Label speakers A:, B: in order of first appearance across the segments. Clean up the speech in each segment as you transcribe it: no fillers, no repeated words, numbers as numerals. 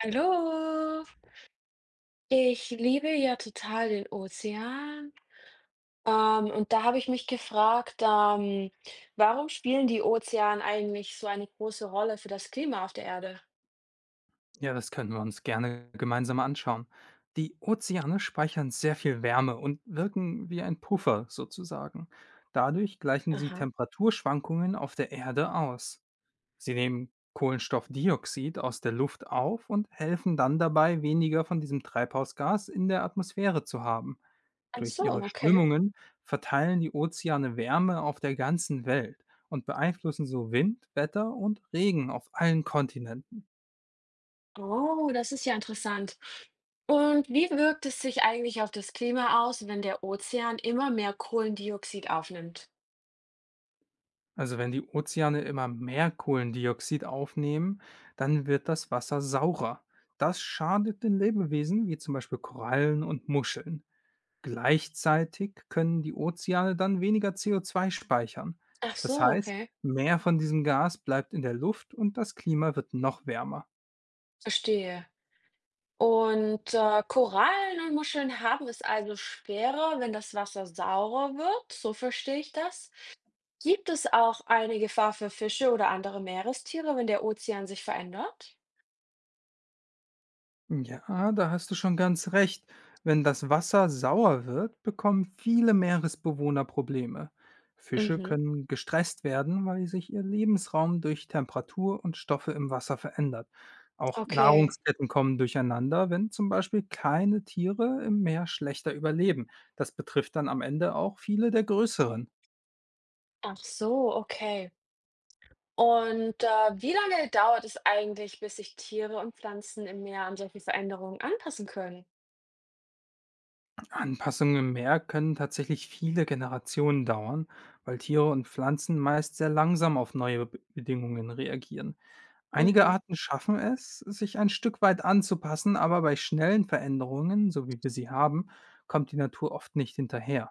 A: Hallo. Ich liebe ja total den Ozean. Und da habe ich mich gefragt, warum spielen die Ozeane eigentlich so eine große Rolle für das Klima auf der Erde?
B: Ja, das können wir uns gerne gemeinsam anschauen. Die Ozeane speichern sehr viel Wärme und wirken wie ein Puffer sozusagen. Dadurch gleichen sie
A: Aha.
B: Temperaturschwankungen auf der Erde aus. Sie nehmen Kohlenstoffdioxid aus der Luft auf und helfen dann dabei, weniger von diesem Treibhausgas in der Atmosphäre zu haben.
A: Ach
B: Durch
A: so,
B: ihre
A: okay.
B: Strömungen verteilen die Ozeane Wärme auf der ganzen Welt und beeinflussen so Wind, Wetter und Regen auf allen Kontinenten.
A: Oh, das ist ja interessant. Und wie wirkt es sich eigentlich auf das Klima aus, wenn der Ozean immer mehr Kohlendioxid aufnimmt?
B: Also wenn die Ozeane immer mehr Kohlendioxid aufnehmen, dann wird das Wasser saurer. Das schadet den Lebewesen wie zum Beispiel Korallen und Muscheln. Gleichzeitig können die Ozeane dann weniger CO2 speichern.
A: Ach
B: Das
A: so,
B: heißt,
A: okay.
B: mehr von diesem Gas bleibt in der Luft und das Klima wird noch wärmer.
A: Verstehe. Und, Korallen und Muscheln haben es also schwerer, wenn das Wasser saurer wird, so verstehe ich das. Gibt es auch eine Gefahr für Fische oder andere Meerestiere, wenn der Ozean sich verändert?
B: Ja, da hast du schon ganz recht. Wenn das Wasser sauer wird, bekommen viele Meeresbewohner Probleme. Fische
A: Mhm,
B: können gestresst werden, weil sich ihr Lebensraum durch Temperatur und Stoffe im Wasser verändert. Auch
A: okay.
B: Nahrungsketten kommen durcheinander, wenn zum Beispiel kleine Tiere im Meer schlechter überleben. Das betrifft dann am Ende auch viele der größeren.
A: Ach so, okay. Und, wie lange dauert es eigentlich, bis sich Tiere und Pflanzen im Meer an solche Veränderungen anpassen können?
B: Anpassungen im Meer können tatsächlich viele Generationen dauern, weil Tiere und Pflanzen meist sehr langsam auf neue Bedingungen reagieren. Einige
A: Mhm.
B: Arten schaffen es, sich ein Stück weit anzupassen, aber bei schnellen Veränderungen, so wie wir sie haben, kommt die Natur oft nicht hinterher.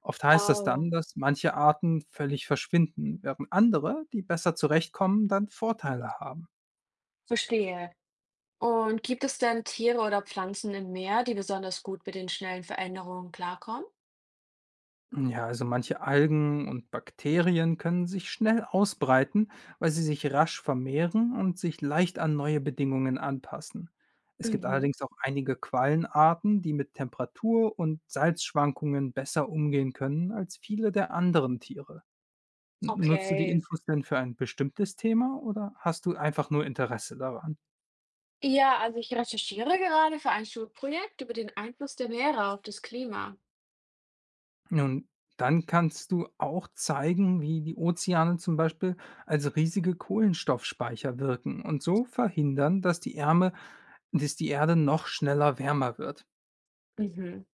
B: Oft heißt das
A: Oh,
B: dann, dass manche Arten völlig verschwinden, während andere, die besser zurechtkommen, dann Vorteile haben.
A: verstehe. Und gibt es denn Tiere oder Pflanzen im Meer, die besonders gut mit den schnellen Veränderungen klarkommen?
B: Ja, also manche Algen und Bakterien können sich schnell ausbreiten, weil sie sich rasch vermehren und sich leicht an neue Bedingungen anpassen. Es gibt
A: Mhm,
B: allerdings auch einige Quallenarten, die mit Temperatur und Salzschwankungen besser umgehen können als viele der anderen Tiere. Nutzt du die
A: okay.
B: Infos denn für ein bestimmtes Thema oder hast du einfach nur Interesse daran?
A: Ja, also ich recherchiere gerade für ein Schulprojekt über den Einfluss der Meere auf das Klima.
B: Nun, dann kannst du auch zeigen, wie die Ozeane zum Beispiel als riesige Kohlenstoffspeicher wirken und so verhindern, dass die Ärme, dass die Erde noch schneller wärmer wird.
A: Mhm.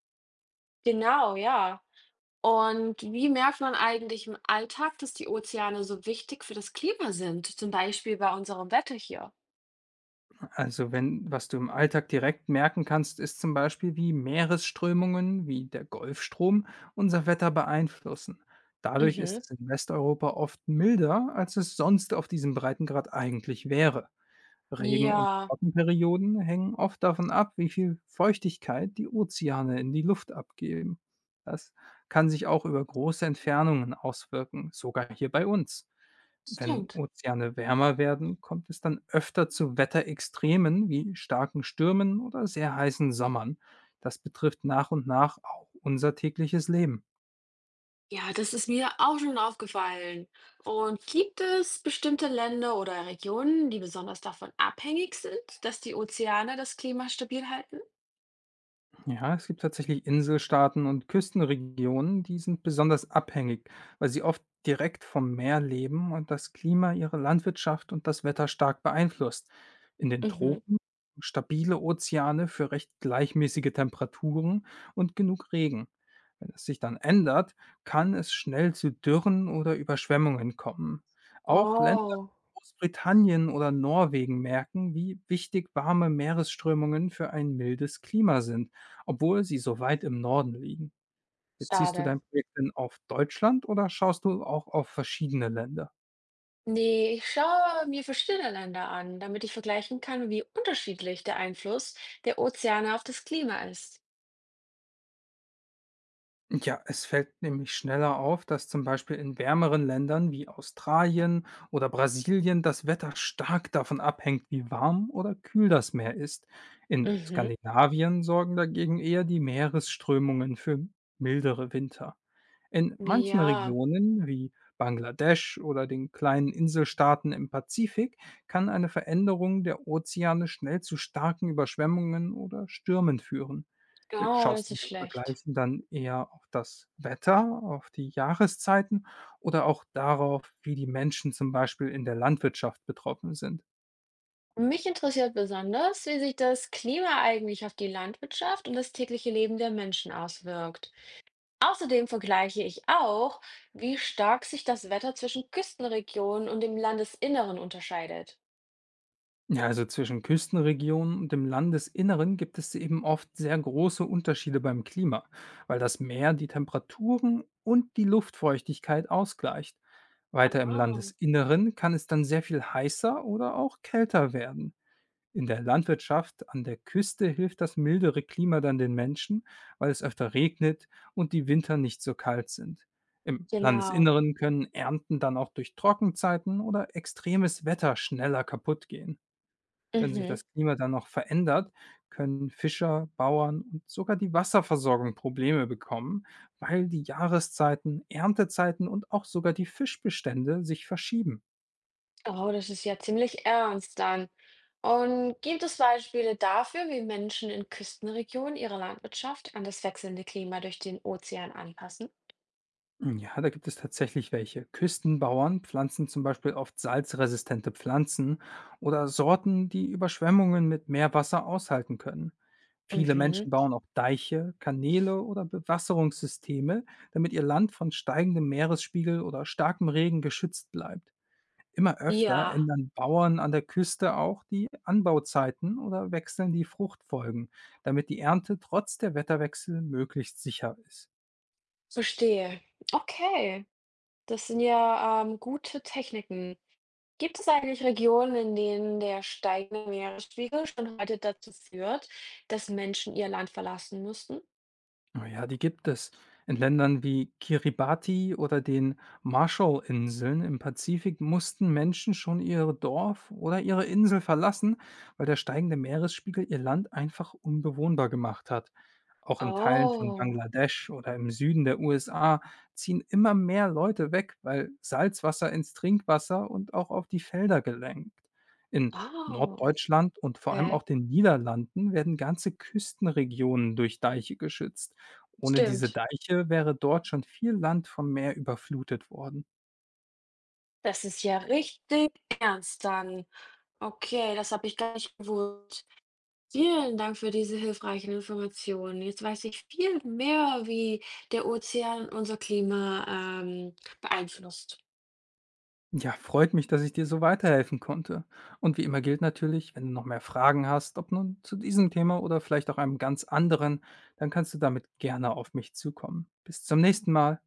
A: Genau, ja. Und wie merkt man eigentlich im Alltag, dass die Ozeane so wichtig für das Klima sind? Zum Beispiel bei unserem Wetter hier.
B: Also wenn, was du im Alltag direkt merken kannst, ist zum Beispiel, wie Meeresströmungen wie der Golfstrom unser Wetter beeinflussen. Dadurch ist
A: Mhm.
B: es in Westeuropa oft milder, als es sonst auf diesem Breitengrad eigentlich wäre. Regen und
A: Ja,
B: Trockenperioden hängen oft davon ab, wie viel Feuchtigkeit die Ozeane in die Luft abgeben. Das kann sich auch über große Entfernungen auswirken, sogar hier bei uns. Wenn
A: stimmt.
B: Ozeane wärmer werden, kommt es dann öfter zu Wetterextremen wie starken Stürmen oder sehr heißen Sommern. Das betrifft nach und nach auch unser tägliches Leben.
A: Ja, das ist mir auch schon aufgefallen. Und gibt es bestimmte Länder oder Regionen, die besonders davon abhängig sind, dass die Ozeane das Klima stabil halten?
B: Ja, es gibt tatsächlich Inselstaaten und Küstenregionen, die sind besonders abhängig, weil sie oft direkt vom Meer leben und das Klima ihre Landwirtschaft und das Wetter stark beeinflusst. In den
A: Mhm.
B: Tropen stabile Ozeane für recht gleichmäßige Temperaturen und genug Regen. Wenn es sich dann ändert, kann es schnell zu Dürren oder Überschwemmungen kommen. Auch Länder
A: Oh.
B: wie Großbritannien oder Norwegen merken, wie wichtig warme Meeresströmungen für ein mildes Klima sind, obwohl sie so weit im Norden liegen. Beziehst du
A: Schade.
B: dein Projekt denn auf Deutschland oder schaust du auch auf verschiedene Länder?
A: Nee, ich schaue mir verschiedene Länder an, damit ich vergleichen kann, wie unterschiedlich der Einfluss der Ozeane auf das Klima ist.
B: Ja, es fällt nämlich schneller auf, dass zum Beispiel in wärmeren Ländern wie Australien oder Brasilien das Wetter stark davon abhängt, wie warm oder kühl das Meer ist. In
A: Mhm.
B: Skandinavien sorgen dagegen eher die Meeresströmungen für mildere Winter. In manchen
A: Ja,
B: Regionen wie Bangladesch oder den kleinen Inselstaaten im Pazifik kann eine Veränderung der Ozeane schnell zu starken Überschwemmungen oder Stürmen führen.
A: oh,
B: Schaust
A: das
B: du
A: ist
B: im
A: schlecht.
B: Vergleich dann eher auf das Wetter, auf die Jahreszeiten oder auch darauf, wie die Menschen zum Beispiel in der Landwirtschaft betroffen sind?
A: Mich interessiert besonders, wie sich das Klima eigentlich auf die Landwirtschaft und das tägliche Leben der Menschen auswirkt. Außerdem vergleiche ich auch, wie stark sich das Wetter zwischen Küstenregionen und dem Landesinneren unterscheidet.
B: Ja, also zwischen Küstenregionen und dem Landesinneren gibt es eben oft sehr große Unterschiede beim Klima, weil das Meer die Temperaturen und die Luftfeuchtigkeit ausgleicht. Weiter im
A: Ah,
B: Landesinneren kann es dann sehr viel heißer oder auch kälter werden. In der Landwirtschaft an der Küste hilft das mildere Klima dann den Menschen, weil es öfter regnet und die Winter nicht so kalt sind. Im
A: genau.
B: Landesinneren können Ernten dann auch durch Trockenzeiten oder extremes Wetter schneller kaputt gehen. Wenn sich
A: Mhm.
B: das Klima dann noch verändert, können Fischer, Bauern und sogar die Wasserversorgung Probleme bekommen, weil die Jahreszeiten, Erntezeiten und auch sogar die Fischbestände sich verschieben.
A: Oh, das ist ja ziemlich ernst dann. Und gibt es Beispiele dafür, wie Menschen in Küstenregionen ihre Landwirtschaft an das wechselnde Klima durch den Ozean anpassen?
B: Ja, da gibt es tatsächlich welche. Küstenbauern pflanzen zum Beispiel oft salzresistente Pflanzen oder Sorten, die Überschwemmungen mit Meerwasser aushalten können. Viele
A: Mhm.
B: Menschen bauen auch Deiche, Kanäle oder Bewasserungssysteme, damit ihr Land von steigendem Meeresspiegel oder starkem Regen geschützt bleibt. Immer öfter
A: Ja,
B: ändern Bauern an der Küste auch die Anbauzeiten oder wechseln die Fruchtfolgen, damit die Ernte trotz der Wetterwechsel möglichst sicher ist.
A: verstehe. Okay, das sind ja gute Techniken. Gibt es eigentlich Regionen, in denen der steigende Meeresspiegel schon heute dazu führt, dass Menschen ihr Land verlassen mussten?
B: Oh ja, die gibt es. In Ländern wie Kiribati oder den Marshallinseln im Pazifik mussten Menschen schon ihr Dorf oder ihre Insel verlassen, weil der steigende Meeresspiegel ihr Land einfach unbewohnbar gemacht hat. Auch in Teilen von
A: Oh,
B: Bangladesch oder im Süden der USA ziehen immer mehr Leute weg, weil Salzwasser ins Trinkwasser und auch auf die Felder gelangt. In
A: oh,
B: Norddeutschland und vor allem auch
A: okay,
B: den Niederlanden werden ganze Küstenregionen durch Deiche geschützt. Ohne diese
A: stimmt.
B: Deiche wäre dort schon viel Land vom Meer überflutet worden.
A: Das ist ja richtig ernst dann. Okay, das habe ich gar nicht gewusst. Vielen Dank für diese hilfreichen Informationen. Jetzt weiß ich viel mehr, wie der Ozean unser Klima beeinflusst.
B: Ja, freut mich, dass ich dir so weiterhelfen konnte. Und wie immer gilt natürlich, wenn du noch mehr Fragen hast, ob nun zu diesem Thema oder vielleicht auch einem ganz anderen, dann kannst du damit gerne auf mich zukommen. Bis zum nächsten Mal.